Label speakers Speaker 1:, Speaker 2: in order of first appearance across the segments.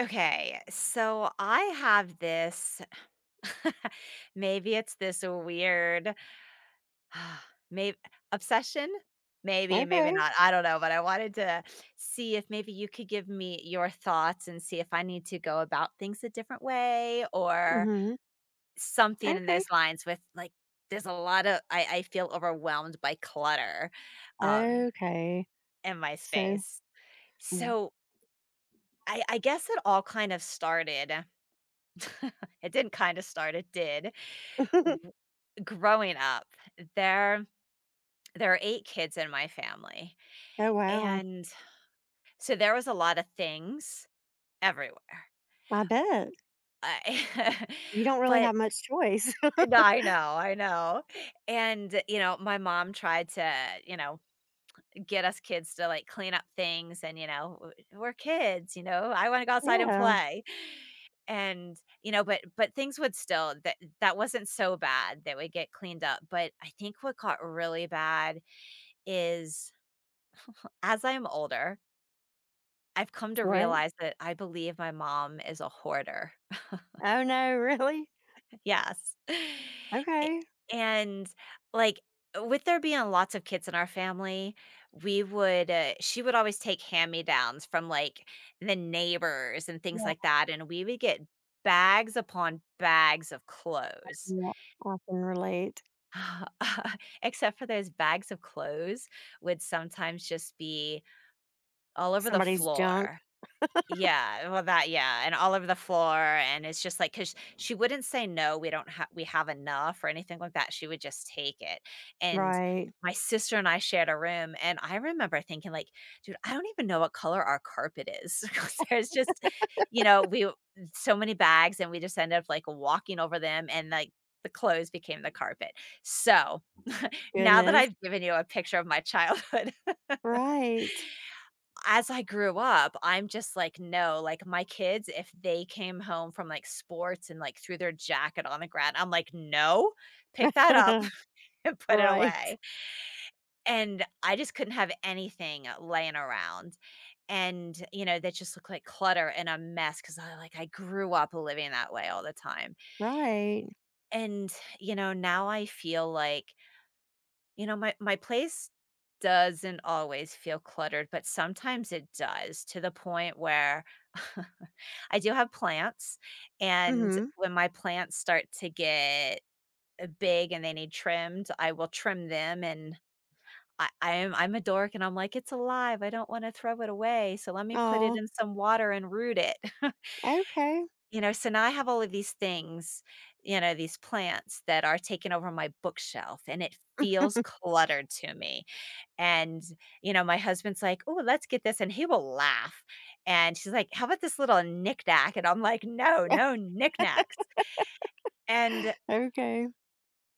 Speaker 1: Okay, so I have this maybe it's this weird maybe obsession? Maybe, maybe
Speaker 2: Okay.
Speaker 1: not. I don't know, but I wanted to see if maybe you could give me your thoughts and see if I need to go about things a different way or
Speaker 2: Mhm.
Speaker 1: something in
Speaker 2: Okay.
Speaker 1: those lines with like there's a lot of I feel overwhelmed by clutter um
Speaker 2: Okay.
Speaker 1: in my
Speaker 2: So
Speaker 1: space.
Speaker 2: w
Speaker 1: So I guess it all kind of started. It didn't kinda start, it did. W Growing up, there there are 8 kids in my family,
Speaker 2: Oh, wow.
Speaker 1: and so there was a lot of things everywhere.
Speaker 2: I bet.
Speaker 1: I
Speaker 2: You don't really
Speaker 1: but
Speaker 2: have much choice.
Speaker 1: no, I know, I know. And, you know, my mom tried to, you know get us kids to like clean up things, and we're kids. You know, I want to go outside and
Speaker 2: Yeah.
Speaker 1: play. And you know, but things would still, that wasn't so bad, that would get cleaned up. But I think what got really bad is, as I'm older, I've come to
Speaker 2: Right?
Speaker 1: realize that I believe my mom is a hoarder.
Speaker 2: Oh, no, really?
Speaker 1: Yes. A
Speaker 2: Okay.
Speaker 1: and, like, with there being lots of kids in our family, we would, she would always take hand-me-downs from, like, the neighbors and things
Speaker 2: Yeah,
Speaker 1: like that, and we would get bags upon bags of clothes.
Speaker 2: yeah. I can relate.
Speaker 1: Except for those bags of clothes would sometimes just be all over the
Speaker 2: Somebody's junk.
Speaker 1: floor. Yeah, well, that yeah, and all over the floor, and it's just like because she wouldn't say, "No, we don't have we have enough," or anything like that, she would just take it, and
Speaker 2: Right.
Speaker 1: my sister and I shared a room, and I remember thinking like, "Dude, I don't even know what color our carpet is," 'cause there's just you know, we w- so many bags, and we just ended up, like, walking over them, and, like, the clothes became the carpet. So, now that
Speaker 2: Goodness.
Speaker 1: I've given you a picture of my childhood,
Speaker 2: Right.
Speaker 1: as I grew up, I'm just like, no, like my kids, if they came home from like sports and like threw their jacket on the ground, I'm like, no, pick that up and put it
Speaker 2: Right.
Speaker 1: away. And I just couldn't have anything laying around. And, you know, that just looked like clutter and a mess because I like, I grew up living that way all the time.
Speaker 2: Right.
Speaker 1: And, you know, now I feel like, you know, my place doesn't always feel cluttered, but sometimes it does, to the point where I do have plants, and
Speaker 2: Mhm.
Speaker 1: when my plants start to get big and they need trimmed, I will trim them. And I'm a dork and I'm like, it's alive. I don't want to throw it away. So let me put it
Speaker 2: Oh.
Speaker 1: in some water and root it.
Speaker 2: Okay.
Speaker 1: You know, so now I have all of these things, you know, these plants that are taking over my bookshelf, and it feels cluttered to me. And, you know, my husband's like, "Oh, let's get this," and he will laugh. And she's like, "How about this little knick-knack?" And I'm like, "No, no knickknacks." And,
Speaker 2: Okay.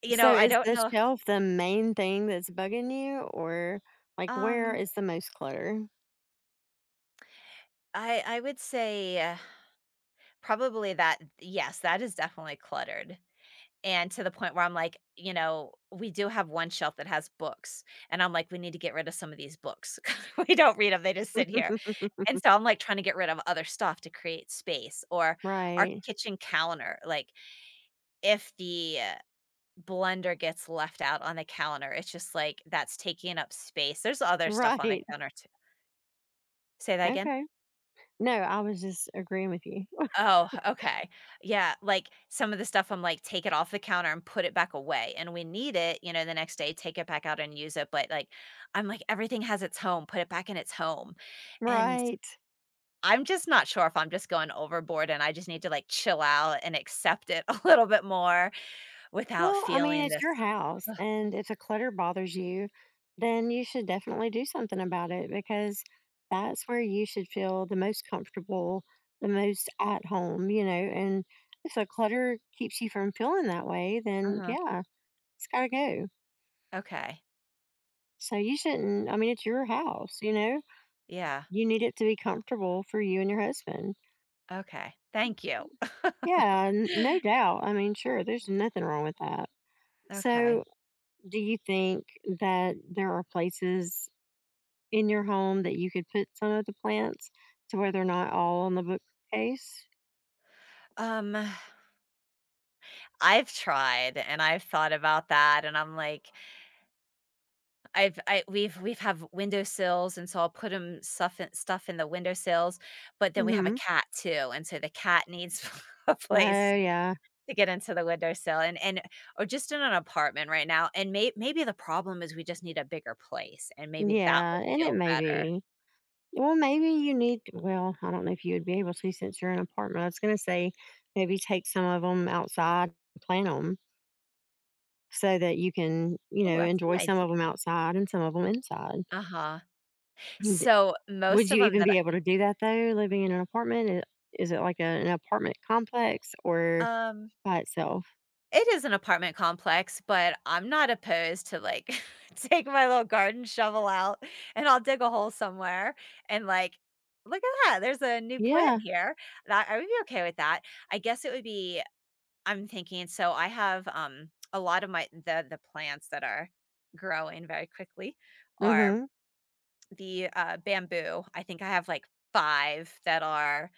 Speaker 1: you know,
Speaker 2: So
Speaker 1: I
Speaker 2: is
Speaker 1: don't
Speaker 2: the
Speaker 1: know.
Speaker 2: shelf the main thing that's bugging you, or like where
Speaker 1: um,
Speaker 2: is the most clutter?
Speaker 1: I would say, probably that yes, that is definitely cluttered, and to the point where I'm like, you know, we do have one shelf that has books, and I'm like, "We need to get rid of some of these books." We don't read read them; they just sit here. And so I'm, like, trying to get rid of other stuff to create space. Or our
Speaker 2: Right.
Speaker 1: kitchen counter, like, if the blender gets left out on the counter, it's just like that's taking up space. There's other stuff on the
Speaker 2: Right.
Speaker 1: counter too. Say that again?
Speaker 2: Okay. No, I was just agreeing with you.
Speaker 1: Oh, okay. Yeah, like some of the stuff I'm like, take it off the counter and put it back away. And we need it, you know, the next day, take it back out and use it. But like, I'm like, everything has its home, put it back in its home. And
Speaker 2: Right.
Speaker 1: I'm just not sure if I'm just going overboard and I just need to like chill out and accept it a little bit more. Without
Speaker 2: Well, I mean,
Speaker 1: feeling
Speaker 2: it's
Speaker 1: this
Speaker 2: your house,
Speaker 1: ugh.
Speaker 2: and if the clutter bothers you, then you should definitely do something about it, because that's where you should feel the most comfortable, the most at home, you know. And if the clutter keeps you from feeling that way, then
Speaker 1: Uh-huh.
Speaker 2: yeah, it's got to go.
Speaker 1: Okay.
Speaker 2: So you shouldn't. I mean, it's your house, you know?
Speaker 1: Yeah.
Speaker 2: You need it to be comfortable for you and your husband.
Speaker 1: Okay. Thank you.
Speaker 2: Yeah, no doubt. I mean, sure, there's nothing wrong with that.
Speaker 1: Okay.
Speaker 2: So, do you think that there are places in your home that you could put some of the plants, to where they're not all on the bookcase?
Speaker 1: Um, I've tried and I've thought about that, and I'm like, I've I we've have windowsills, and so I'll put stuff in the windowsills, but then we have a
Speaker 2: Hmm.
Speaker 1: cat too, and so the cat needs a
Speaker 2: Oh,
Speaker 1: place
Speaker 2: yeah.
Speaker 1: to get into the windowsill. And or just in an apartment right now, and maybe the problem is we just need a bigger place, and maybe that
Speaker 2: Yeah,
Speaker 1: would
Speaker 2: and it
Speaker 1: feel
Speaker 2: may
Speaker 1: better.
Speaker 2: be. Well, maybe you need, well, I don't know if you would be able to since you're in an apartment. I was going to say, maybe take some of them outside and plant them so that you can, you
Speaker 1: Oh,
Speaker 2: know,
Speaker 1: that's an
Speaker 2: enjoy some of them
Speaker 1: idea.
Speaker 2: outside and some of them inside.
Speaker 1: Uh-huh.
Speaker 2: And
Speaker 1: So,
Speaker 2: would
Speaker 1: most of
Speaker 2: you
Speaker 1: them
Speaker 2: even
Speaker 1: that
Speaker 2: be able to do that though, living in an apartment? Is it like a, an apartment complex or
Speaker 1: I um,
Speaker 2: by itself?
Speaker 1: it is an apartment complex, but I'm not opposed to, like, take my little garden shovel out, and I'll dig a hole somewhere, and, like, "Look at that, there's a new plant
Speaker 2: Yeah.
Speaker 1: here." That I would be okay with that. I guess it would be I'm thinking, so I have, a lot of my the plants that are growing very quickly are
Speaker 2: Mm-hmm.
Speaker 1: the, bamboo. I think I have, like, 5 that are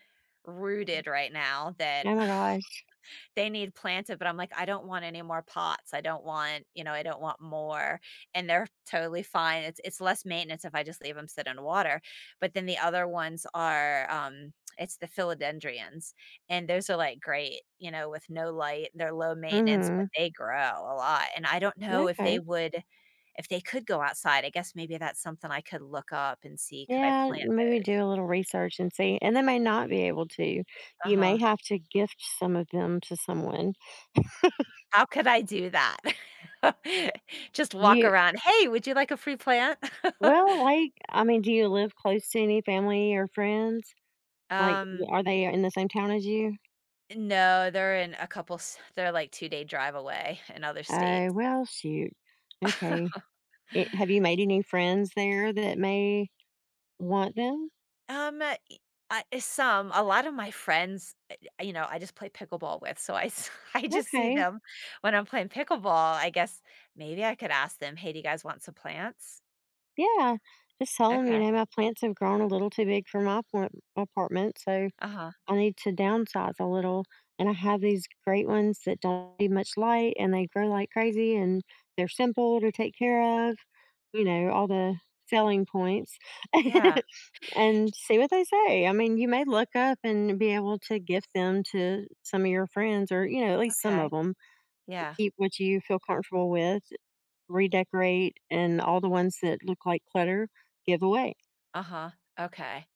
Speaker 1: rooted right now that
Speaker 2: Oh my gosh.
Speaker 1: they need planted. But I'm like, "I don't want any more pots, I don't want you know, I don't want more," and they're totally fine, it's less maintenance if I just leave them sit in water. But then the other ones are, it's the philodendrons, and those are, like, great, you know, with no light, they're low maintenance, but
Speaker 2: Mm-hmm.
Speaker 1: they grow a lot, and I don't know if they
Speaker 2: Okay.
Speaker 1: would if they could go outside. I guess maybe that's something I could look up and see, could I
Speaker 2: Yeah,
Speaker 1: plant
Speaker 2: maybe
Speaker 1: those?
Speaker 2: do a little research and see. And they may not be able to. You may
Speaker 1: Uh-huh.
Speaker 2: have to gift some of them to someone.
Speaker 1: How could I do that? Just walk
Speaker 2: You
Speaker 1: around, "Hey, would you like a free plant?"
Speaker 2: Well, like I mean, do you live close to any family or friends? Like,
Speaker 1: Um,
Speaker 2: are they in the same town as you?
Speaker 1: no, they're in a couple s they're like two-day drive away in other
Speaker 2: Oh,
Speaker 1: states.
Speaker 2: well, shoot. Okay. It, have you made any friends there that may want them?
Speaker 1: Um, eh, I some a lot of my friends, you know, I just play pickleball with, so I s I just see
Speaker 2: Okay.
Speaker 1: them when I'm playing pickleball. I guess maybe I could ask them, "Hey, do you guys want some plants?"
Speaker 2: Yeah. Just tell them, you
Speaker 1: Okay.
Speaker 2: know, my plants have grown a little too big for my apartment, so
Speaker 1: Uh-huh.
Speaker 2: I need to downsize a little. And I have these great ones that don't need much light, and they grow like crazy, and they're simple to take care of. You know, all the selling points.
Speaker 1: Yeah.
Speaker 2: And see what they say. I mean, you may look up and be able to gift them to some of your friends, or, you know, at least some
Speaker 1: Okay.
Speaker 2: of them.
Speaker 1: Yeah.
Speaker 2: Keep what you feel comfortable with, redecorate, and all the ones that look like clutter, give away.
Speaker 1: Uh-huh. Okay.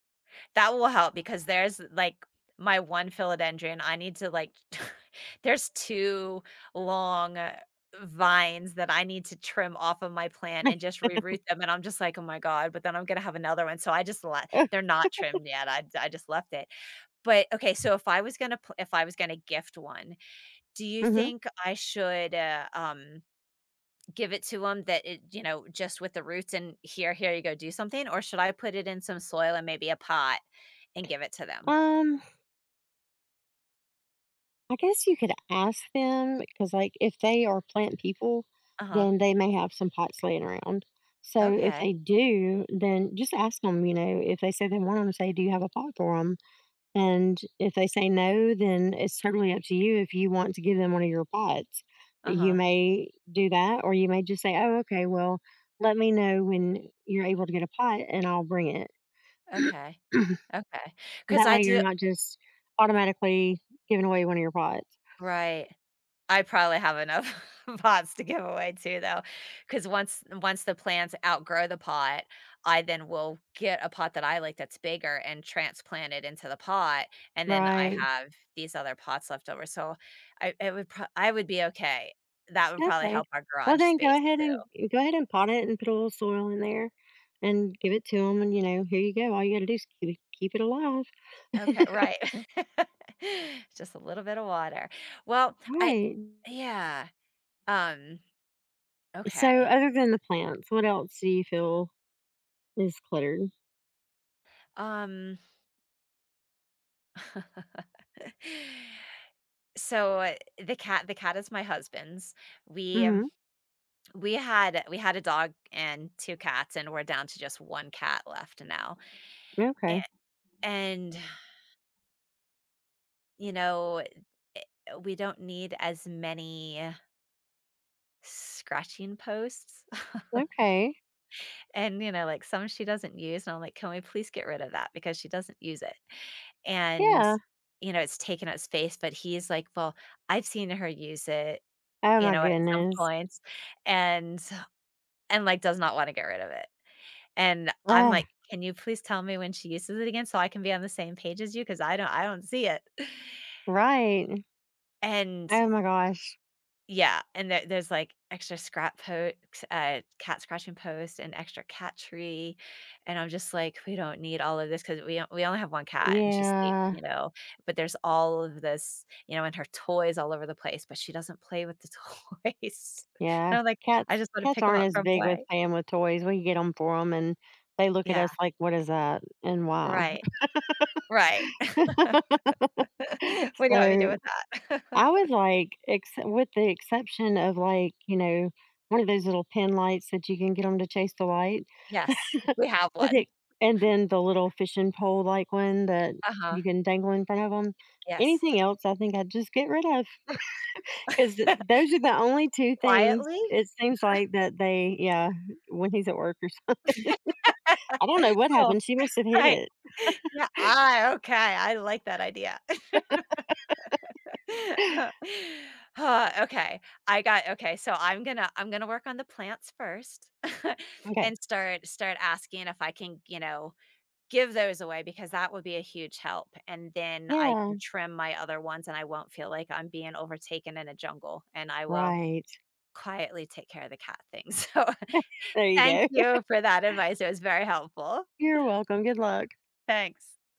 Speaker 1: That will help, because there's, like, my one philodendron, I need to, like there's 2 long, vines that I need to trim off of my plant and just reroot them, and I'm just like, "Oh my god," but then I'm gonna have another one, so I just let they're not trimmed yet, I just left it. But, okay, so if I was gonna if I was gonna gift one, do you
Speaker 2: Hmm.
Speaker 1: think I should, give it to them that it you know, just with the roots and, "Here, here you go, do something," or should I put it in some soil and maybe a pot and give it to them?
Speaker 2: Um, I guess you could ask them, because, like, if they are plant people,
Speaker 1: Uh-huh.
Speaker 2: then they may have some pots laying around. So if
Speaker 1: Okay.
Speaker 2: they do, then just ask them, you know, if they say they want them, say, do you have a pot for them? And if they say no, then it's totally up to you if you want to give them one of your pots. You
Speaker 1: Uh-huh.
Speaker 2: may do that, or you may just say, oh, okay, well, let me know when you're able to get a pot and I'll bring it.
Speaker 1: Okay. Okay. Because
Speaker 2: That
Speaker 1: I
Speaker 2: way you're
Speaker 1: do
Speaker 2: not just automatically giving away one of your pots,
Speaker 1: right. I probably have enough pots to give away too, though. Because once the plants outgrow the pot, I then will get a pot that I like that's bigger and transplant it into the pot, and then I
Speaker 2: right?
Speaker 1: have these other pots left over, so I it would pro I would be okay. That would probably
Speaker 2: Okay.
Speaker 1: help our
Speaker 2: Well,
Speaker 1: garage
Speaker 2: then
Speaker 1: space too.
Speaker 2: go ahead and pot it and put a little soil in there and give it to them. And, you know, here you go. All you got to do is keep it alive.
Speaker 1: Okay, right. Just a little bit of water. Well, I
Speaker 2: Right.
Speaker 1: yeah. Um
Speaker 2: So,
Speaker 1: Okay.
Speaker 2: other than the plants, what else do you feel is cluttered?
Speaker 1: Um so the cat is my husband's. We
Speaker 2: Hmm.
Speaker 1: we had a dog and two cats, and we're down to just one cat left now. And,
Speaker 2: Okay.
Speaker 1: and you know, eh, we don't need as many scratching posts.
Speaker 2: Okay.
Speaker 1: And you know, like some she doesn't use, and I'm like, "Can we please get rid of that because she doesn't use it?" And
Speaker 2: Yeah.
Speaker 1: you know, it's taken up space, but he's like, "Well, I've seen her use it,
Speaker 2: Oh,
Speaker 1: you
Speaker 2: my
Speaker 1: know, at some
Speaker 2: goodness.
Speaker 1: point," and like, does not wanna get rid of it. And I'm
Speaker 2: Ugh,
Speaker 1: like, "Can you please tell me when she uses it again so I can be on the same page as you, because I don't see it."
Speaker 2: right.
Speaker 1: And
Speaker 2: Oh, my gosh.
Speaker 1: yeah, and there's, like, extra scrap post, cat scratching post and extra cat tree, and I'm just like, "We don't need all of this because we only have 1 cat and she sleeps,
Speaker 2: Yeah.
Speaker 1: you know, but there's all of this, you know, and her toys all over the place, but she doesn't play with the toys.
Speaker 2: Yeah.
Speaker 1: And I'm like,
Speaker 2: Cats,
Speaker 1: I just wanna pick
Speaker 2: cats
Speaker 1: pick them
Speaker 2: aren't
Speaker 1: up,
Speaker 2: as
Speaker 1: throw 'em
Speaker 2: big with
Speaker 1: away."
Speaker 2: playing with toys. We get them for them and they look at
Speaker 1: Yeah,
Speaker 2: us like, what is that and why?
Speaker 1: right, right. What do you want me to do
Speaker 2: So
Speaker 1: with that?
Speaker 2: I would like, with the exception of like, you know, one of those little pin lights that you can get them to chase the light
Speaker 1: Yes, we have
Speaker 2: with
Speaker 1: one.
Speaker 2: it, and then the little fishing pole like one that
Speaker 1: Uh-huh,
Speaker 2: you can dangle in front of them.
Speaker 1: yes.
Speaker 2: Anything else, I think I'd just get rid of because those are the only two things
Speaker 1: Quietly?
Speaker 2: it seems like that they, yeah, when he's at work or something. I don't know what
Speaker 1: Oh
Speaker 2: happened. She must have hit
Speaker 1: right.
Speaker 2: it.
Speaker 1: Yeah, ah, okay, I like that idea. Huh, okay, I got okay, so I'm gonna work on the plants first
Speaker 2: Okay.
Speaker 1: and start asking if I can, you know, give those away, because that would be a huge help, and then I
Speaker 2: Yeah.
Speaker 1: can trim my other ones, and I won't feel like I'm being overtaken in a jungle, and I will
Speaker 2: Right.
Speaker 1: quietly take care of the cat thing, so
Speaker 2: There you
Speaker 1: thank
Speaker 2: go.
Speaker 1: you for that advice, it was very helpful.
Speaker 2: You're welcome. Good luck.
Speaker 1: Thanks.